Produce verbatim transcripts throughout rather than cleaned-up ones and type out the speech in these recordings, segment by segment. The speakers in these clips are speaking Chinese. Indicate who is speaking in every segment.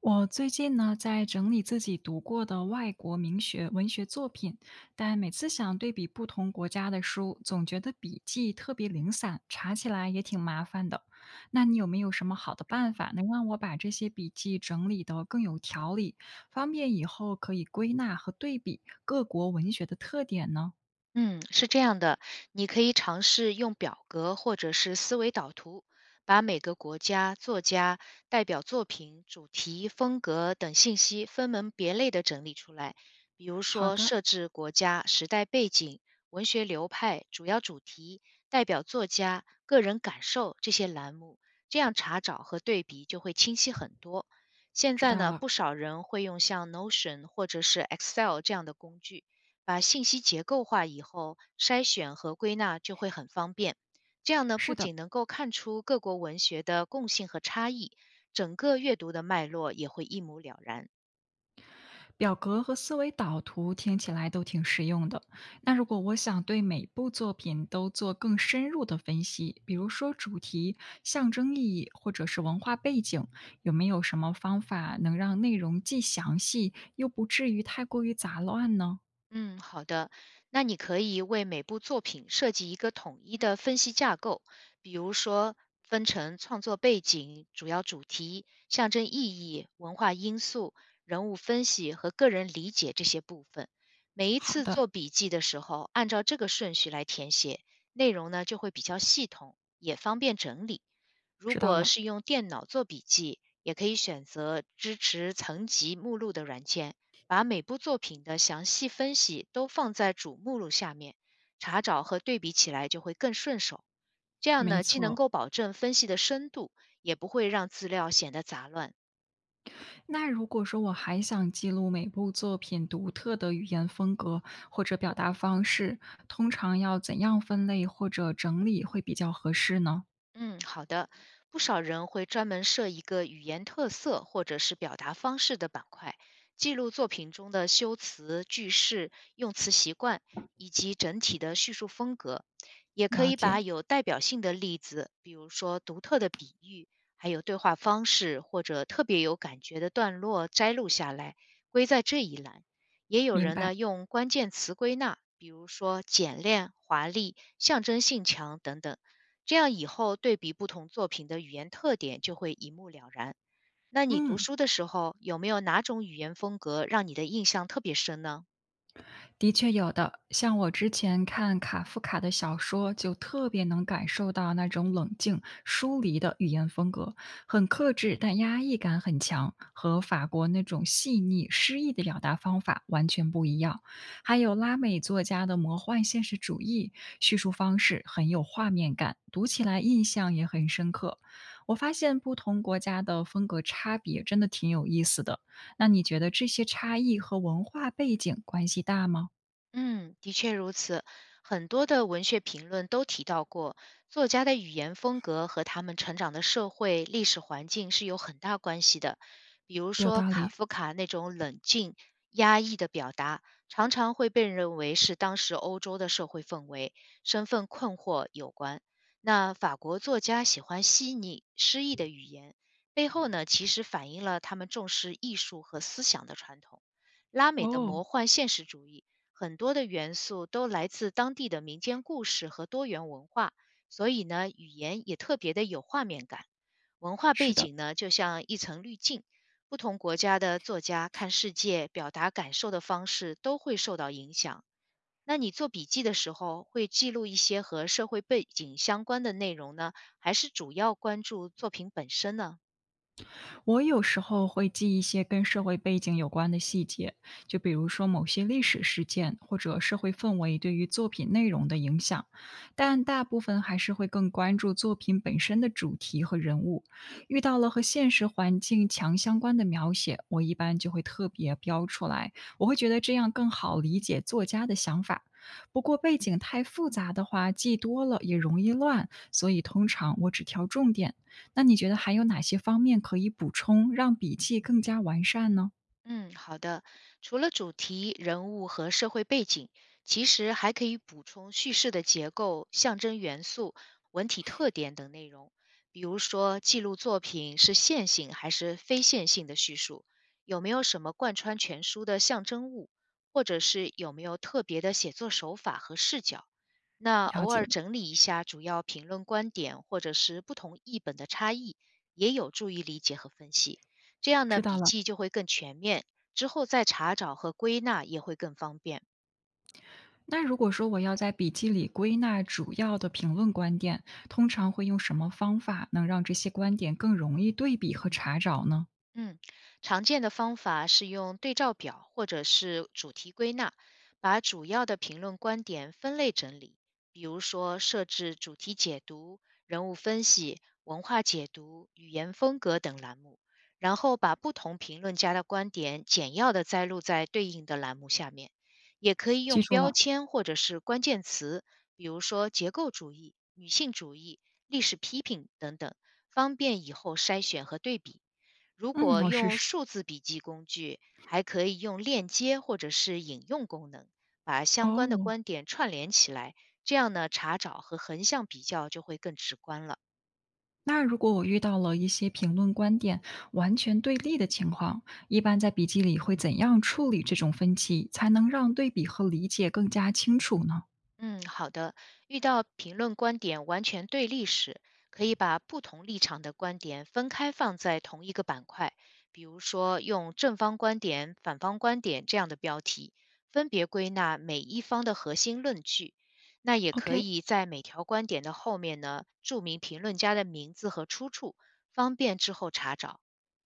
Speaker 1: 我最近呢，在整理自己读过的外国名学文学作品，但每次想对比不同国家的书，总觉得笔记特别零散，查起来也挺麻烦的。那你有没有什么好的办法，能让我把这些笔记整理得更有条理，方便以后可以归纳和对比各国文学的特点呢？
Speaker 2: 嗯，是这样的，你可以尝试用表格或者是思维导图，把每个国家、作家、代表作品、主题、风格等信息分门别类的整理出来。比如
Speaker 1: 好
Speaker 2: 说，
Speaker 1: 的，
Speaker 2: 设置国家、时代背景、文学流派、主要主题、代表作家、个人感受这些栏目，这样查找和对比就会清晰很多。现
Speaker 1: 知
Speaker 2: 在
Speaker 1: 道
Speaker 2: 呢，
Speaker 1: 了。
Speaker 2: 不少人会用像 Notion 或者是 Excel 这样的工具。把信息结构化以后，筛选和归纳就会很方便。这样呢，
Speaker 1: 是
Speaker 2: 不
Speaker 1: 的，
Speaker 2: 仅能够看出各国文学的共性和差异，整个阅读的脉络也会一目了然。
Speaker 1: 表格和思维导图听起来都挺实用的。那如果我想对每部作品都做更深入的分析，比如说主题、象征意义或者是文化背景，有没有什么方法能让内容既详细又不至于太过于杂乱呢？
Speaker 2: 嗯，好的。那你可以为每部作品设计一个统一的分析架构，比如说分成创作背景、主要主题、象征意义、文化因素、人物分析和个人理解这些部分。每一
Speaker 1: 好
Speaker 2: 次
Speaker 1: 的，
Speaker 2: 做笔记的时候，按照这个顺序来填写，内容呢就会比较系统，也方便整理。如
Speaker 1: 知道
Speaker 2: 果
Speaker 1: 了。
Speaker 2: 是用电脑做笔记，也可以选择支持层级目录的软件。把每部作品的详细分析都放在主目录下面，查找和对比起来就会更顺手。这样
Speaker 1: 没
Speaker 2: 呢，既能
Speaker 1: 错，
Speaker 2: 够保证分析的深度，也不会让资料显得杂乱。
Speaker 1: 那如果说我还想记录每部作品独特的语言风格或者表达方式，通常要怎样分类或者整理会比较合适呢？
Speaker 2: 嗯，好的。不少人会专门设一个语言特色或者是表达方式的板块，记录作品中的修辞、句式、用词习惯以及整体的叙述风格。也可
Speaker 1: 了
Speaker 2: 以
Speaker 1: 解，
Speaker 2: 把有代表性的例子，比如说独特的比喻，还有对话方式或者特别有感觉的段落摘录下来，归在这一栏。也有
Speaker 1: 明
Speaker 2: 人
Speaker 1: 白。
Speaker 2: 呢用关键词归纳，比如说简练、华丽、象征性强等等。这样以后对比不同作品的语言特点就会一目了然。那你读
Speaker 1: 嗯，
Speaker 2: 书的时候，有没有哪种语言风格让你的印象特别深呢？
Speaker 1: 的确有的，像我之前看卡夫卡的小说，就特别能感受到那种冷静、疏离的语言风格，很克制，但压抑感很强，和法国那种细腻、诗意的表达方法完全不一样。还有拉美作家的魔幻现实主义叙述方式很有画面感，读起来印象也很深刻。我发现不同国家的风格差别真的挺有意思的。那你觉得这些差异和文化背景关系大吗？
Speaker 2: 嗯，的确如此。很多的文学评论都提到过，作家的语言风格和他们成长的社会历史环境是有很大关系的。比如
Speaker 1: 有
Speaker 2: 说
Speaker 1: 道
Speaker 2: 卡
Speaker 1: 理，
Speaker 2: 夫卡那种冷静、压抑的表达，常常会被认为是当时欧洲的社会氛围、身份困惑有关。那法国作家喜欢细腻、诗意的语言，背后呢，其实反映了他们重视艺术和思想的传统。拉美的
Speaker 1: 哦，
Speaker 2: 魔幻现实主义。很多的元素都来自当地的民间故事和多元文化，所以呢，语言也特别的有画面感。文化
Speaker 1: 是
Speaker 2: 背
Speaker 1: 的，
Speaker 2: 景呢，就像一层滤镜，不同国家的作家看世界、表达感受的方式都会受到影响。那你做笔记的时候，会记录一些和社会背景相关的内容呢，还是主要关注作品本身呢？
Speaker 1: 我有时候会记一些跟社会背景有关的细节，就比如说某些历史事件或者社会氛围对于作品内容的影响，但大部分还是会更关注作品本身的主题和人物。遇到了和现实环境强相关的描写，我一般就会特别标出来，我会觉得这样更好理解作家的想法。不过背景太复杂的话，记多了也容易乱，所以通常我只挑重点。那你觉得还有哪些方面可以补充，让笔记更加完善呢？
Speaker 2: 嗯，好的。除了主题、人物和社会背景，其实还可以补充叙事的结构、象征元素、文体特点等内容。比如说，记录作品是线性还是非线性的叙述，有没有什么贯穿全书的象征物，或者是有没有特别的写作手法和视角。那
Speaker 1: 了
Speaker 2: 偶尔
Speaker 1: 解，
Speaker 2: 整理一下主要评论观点或者是不同译本的差异，也有助于理解和分析。这样
Speaker 1: 知
Speaker 2: 呢，
Speaker 1: 道
Speaker 2: 笔
Speaker 1: 了。
Speaker 2: 记就会更全面，之后再查找和归纳也会更方便。
Speaker 1: 那如果说我要在笔记里归纳主要的评论观点，通常会用什么方法能让这些观点更容易对比和查找呢？
Speaker 2: 嗯，常见的方法是用对照表或者是主题归纳，把主要的评论观点分类整理，比如说设置主题解读、人物分析、文化解读、语言风格等栏目，然后把不同评论家的观点简要的摘录在对应的栏目下面。也可以
Speaker 1: 记
Speaker 2: 用
Speaker 1: 住
Speaker 2: 标
Speaker 1: 了，
Speaker 2: 签或者是关键词，比如说结构主义、女性主义、历史批评等等，方便以后筛选和对比。如
Speaker 1: 嗯，
Speaker 2: 果
Speaker 1: 我试
Speaker 2: 用
Speaker 1: 试。
Speaker 2: 数字笔记工具，还可以用链接或者是引用功能，把相关的
Speaker 1: 哦，
Speaker 2: 观点串联起来，这样呢，查找和横向比较就会更直观了。
Speaker 1: 那如果我遇到了一些评论观点完全对立的情况，一般在笔记里会怎样处理这种分歧，才能让对比和理解更加清楚呢
Speaker 2: 嗯，好的。遇到评论观点完全对立时，可以把不同立场的观点分开放在同一个板块，比如说用正方观点、反方观点这样的标题，分别归纳每一方的核心论据。那也可
Speaker 1: ？OK，
Speaker 2: 以在每条观点的后面呢，注明评论家的名字和出处，方便之后查找。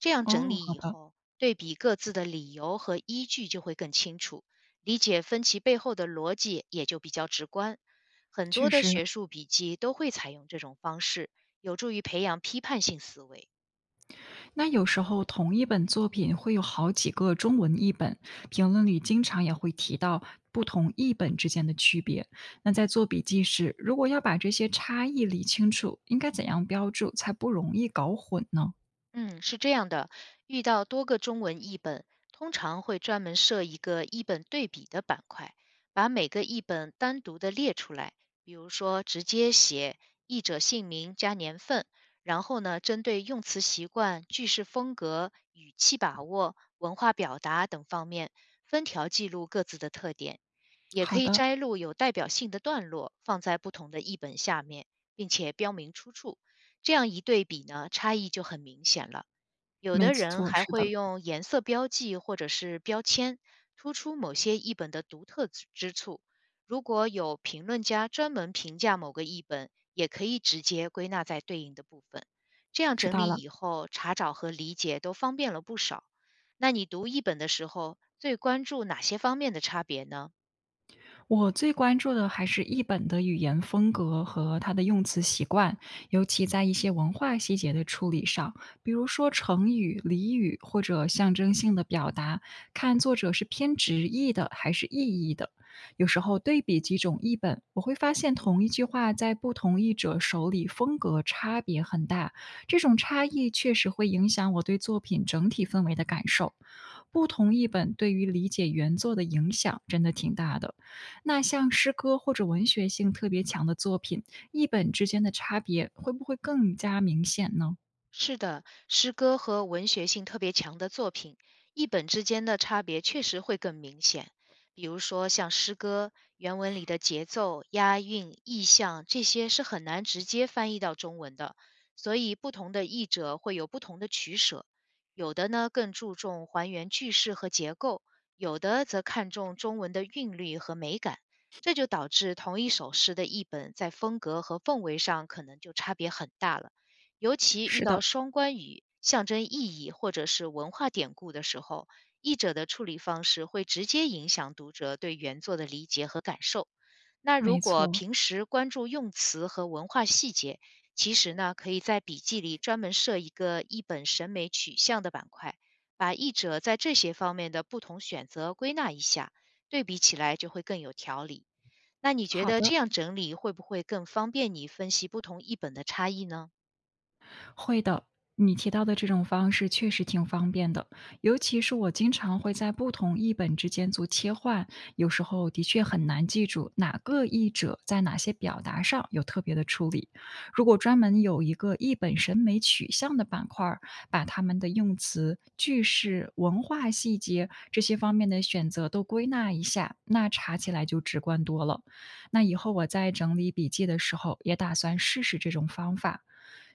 Speaker 2: 这样整
Speaker 1: 哦，
Speaker 2: 理
Speaker 1: 好
Speaker 2: 以
Speaker 1: 的，
Speaker 2: 后，对比各自的理由和依据就会更清楚。理解分歧背后的逻辑也就比较直观。很
Speaker 1: 确
Speaker 2: 多的
Speaker 1: 实，
Speaker 2: 学术笔记都会采用这种方式，有助于培养批判性思维。
Speaker 1: 那有时候同一本作品会有好几个中文译本，评论里经常也会提到不同译本之间的区别。那在做笔记时，如果要把这些差异理清楚，应该怎样标注才不容易搞混呢？
Speaker 2: 嗯，是这样的，遇到多个中文译本，通常会专门设一个译本对比的板块，把每个译本单独的列出来，比如说直接写译者姓名加年份，然后呢，针对用词习惯、句式风格、语气把握、文化表达等方面，分条记录各自的特点，也可
Speaker 1: 好
Speaker 2: 以
Speaker 1: 的，
Speaker 2: 摘录有代表性的段落，放在不同的译本下面，并且标明出处。这样一对比呢，差异就很明显了。有
Speaker 1: 没
Speaker 2: 的人
Speaker 1: 错，
Speaker 2: 还
Speaker 1: 是
Speaker 2: 会
Speaker 1: 的，
Speaker 2: 用颜色标记或者是标签，突出某些译本的独特之之处。如果有评论家专门评价某个译本，也可以直接归纳在对应的部分。这样
Speaker 1: 知
Speaker 2: 整
Speaker 1: 道
Speaker 2: 理
Speaker 1: 了。
Speaker 2: 以后，查找和理解都方便了不少。那你读译本的时候，最关注哪些方面的差别呢？
Speaker 1: 我最关注的还是译本的语言风格和它的用词习惯，尤其在一些文化细节的处理上，比如说成语、俚语或者象征性的表达，看作者是偏直译的还是意译的。有时候对比几种译本，我会发现同一句话在不同译者手里风格差别很大，这种差异确实会影响我对作品整体氛围的感受。不同译本对于理解原作的影响真的挺大的。那像诗歌或者文学性特别强的作品，译本之间的差别会不会更加明显呢？
Speaker 2: 是的，诗歌和文学性特别强的作品，译本之间的差别确实会更明显。比如说，像诗歌，原文里的节奏、押韵、意象，这些是很难直接翻译到中文的，所以不同的译者会有不同的取舍。有的呢更注重还原句式和结构，有的则看重中文的韵律和美感。这就导致同一首诗的译本在风格和氛围上可能就差别很大了。尤其遇
Speaker 1: 是
Speaker 2: 到
Speaker 1: 的，
Speaker 2: 双关语、象征意义或者是文化典故的时候，译者的处理方式会直接影响读者对原作的理解和感受。那如
Speaker 1: 没
Speaker 2: 果
Speaker 1: 错，
Speaker 2: 平时关注用词和文化细节，其实呢，可以在笔记里专门设一个译本审美取向的板块，把译者在这些方面的不同选择归纳一下，对比起来就会更有条理。那你觉
Speaker 1: 好
Speaker 2: 得这
Speaker 1: 的，
Speaker 2: 样整理会不会更方便你分析不同译本的差异呢？
Speaker 1: 会的，你提到的这种方式确实挺方便的，尤其是我经常会在不同译本之间做切换，有时候的确很难记住哪个译者在哪些表达上有特别的处理。如果专门有一个译本审美取向的板块儿把他们的用词、句式、文化细节这些方面的选择都归纳一下，那查起来就直观多了。那以后我在整理笔记的时候，也打算试试这种方法。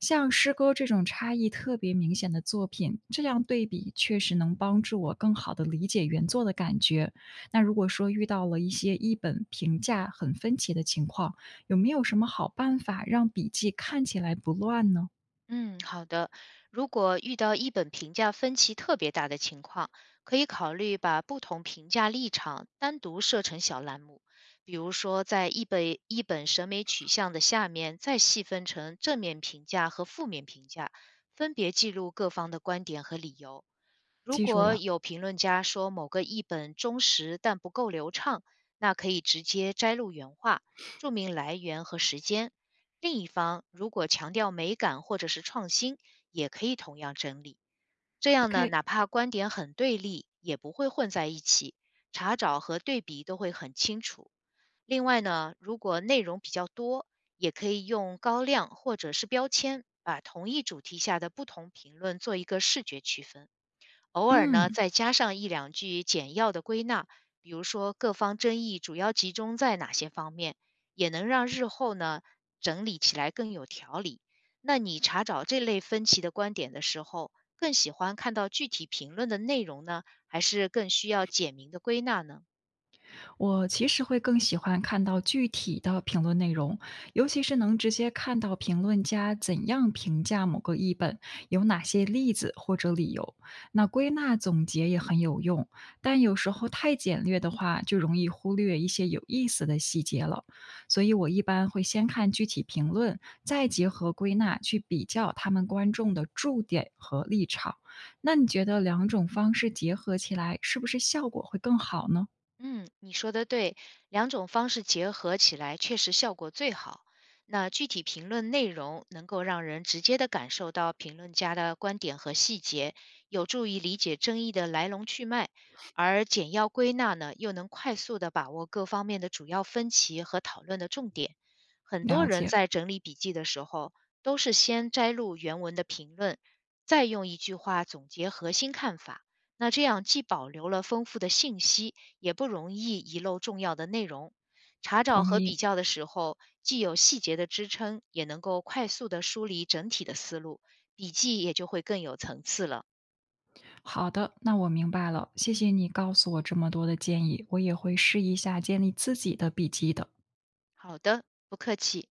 Speaker 1: 像诗歌这种差异特别明显的作品，这样对比确实能帮助我更好地理解原作的感觉。那如果说遇到了一些译本评价很分歧的情况，有没有什么好办法让笔记看起来不乱呢？
Speaker 2: 嗯，好的。如果遇到一本评价分歧特别大的情况，可以考虑把不同评价立场单独设成小栏目，比如说在一本一本审美取向的下面再细分成正面评价和负面评价，分别记录各方的观点和理由。如
Speaker 1: 记住
Speaker 2: 果
Speaker 1: 了
Speaker 2: 有评论家说某个译本忠实但不够流畅，那可以直接摘录原话，注明来源和时间。另一方如果强调美感或者是创新，也可以同样整理。这样呢，
Speaker 1: ，OK，
Speaker 2: 哪怕观点很对立，也不会混在一起，查找和对比都会很清楚。另外呢，如果内容比较多，也可以用高亮或者是标签，把同一主题下的不同评论做一个视觉区分。偶尔呢
Speaker 1: 嗯。
Speaker 2: 再加上一两句简要的归纳，比如说各方争议主要集中在哪些方面，也能让日后呢整理起来更有条理。那你查找这类分歧的观点的时候，更喜欢看到具体评论的内容呢，还是更需要简明的归纳呢？
Speaker 1: 我其实会更喜欢看到具体的评论内容，尤其是能直接看到评论家怎样评价某个译本，有哪些例子或者理由。那归纳总结也很有用，但有时候太简略的话，就容易忽略一些有意思的细节了。所以我一般会先看具体评论，再结合归纳去比较他们观众的注点和立场。那你觉得两种方式结合起来，是不是效果会更好呢？
Speaker 2: 嗯，你说的对，两种方式结合起来确实效果最好。那具体评论内容能够让人直接的感受到评论家的观点和细节，有助于理解争议的来龙去脉；而简要归纳呢，又能快速的把握各方面的主要分歧和讨论的重点。很多
Speaker 1: 了
Speaker 2: 人
Speaker 1: 解。
Speaker 2: 在整理笔记的时候，都是先摘录原文的评论，再用一句话总结核心看法。那这样既保留了丰富的信息，也不容易遗漏重要的内容。查找
Speaker 1: 同
Speaker 2: 和
Speaker 1: 意，
Speaker 2: 比较的时候，既有细节的支撑，也能够快速的梳理整体的思路，笔记也就会更有层次了。
Speaker 1: 好的，那我明白了，谢谢你告诉我这么多的建议，我也会试一下建立自己的笔记的。
Speaker 2: 好的，不客气。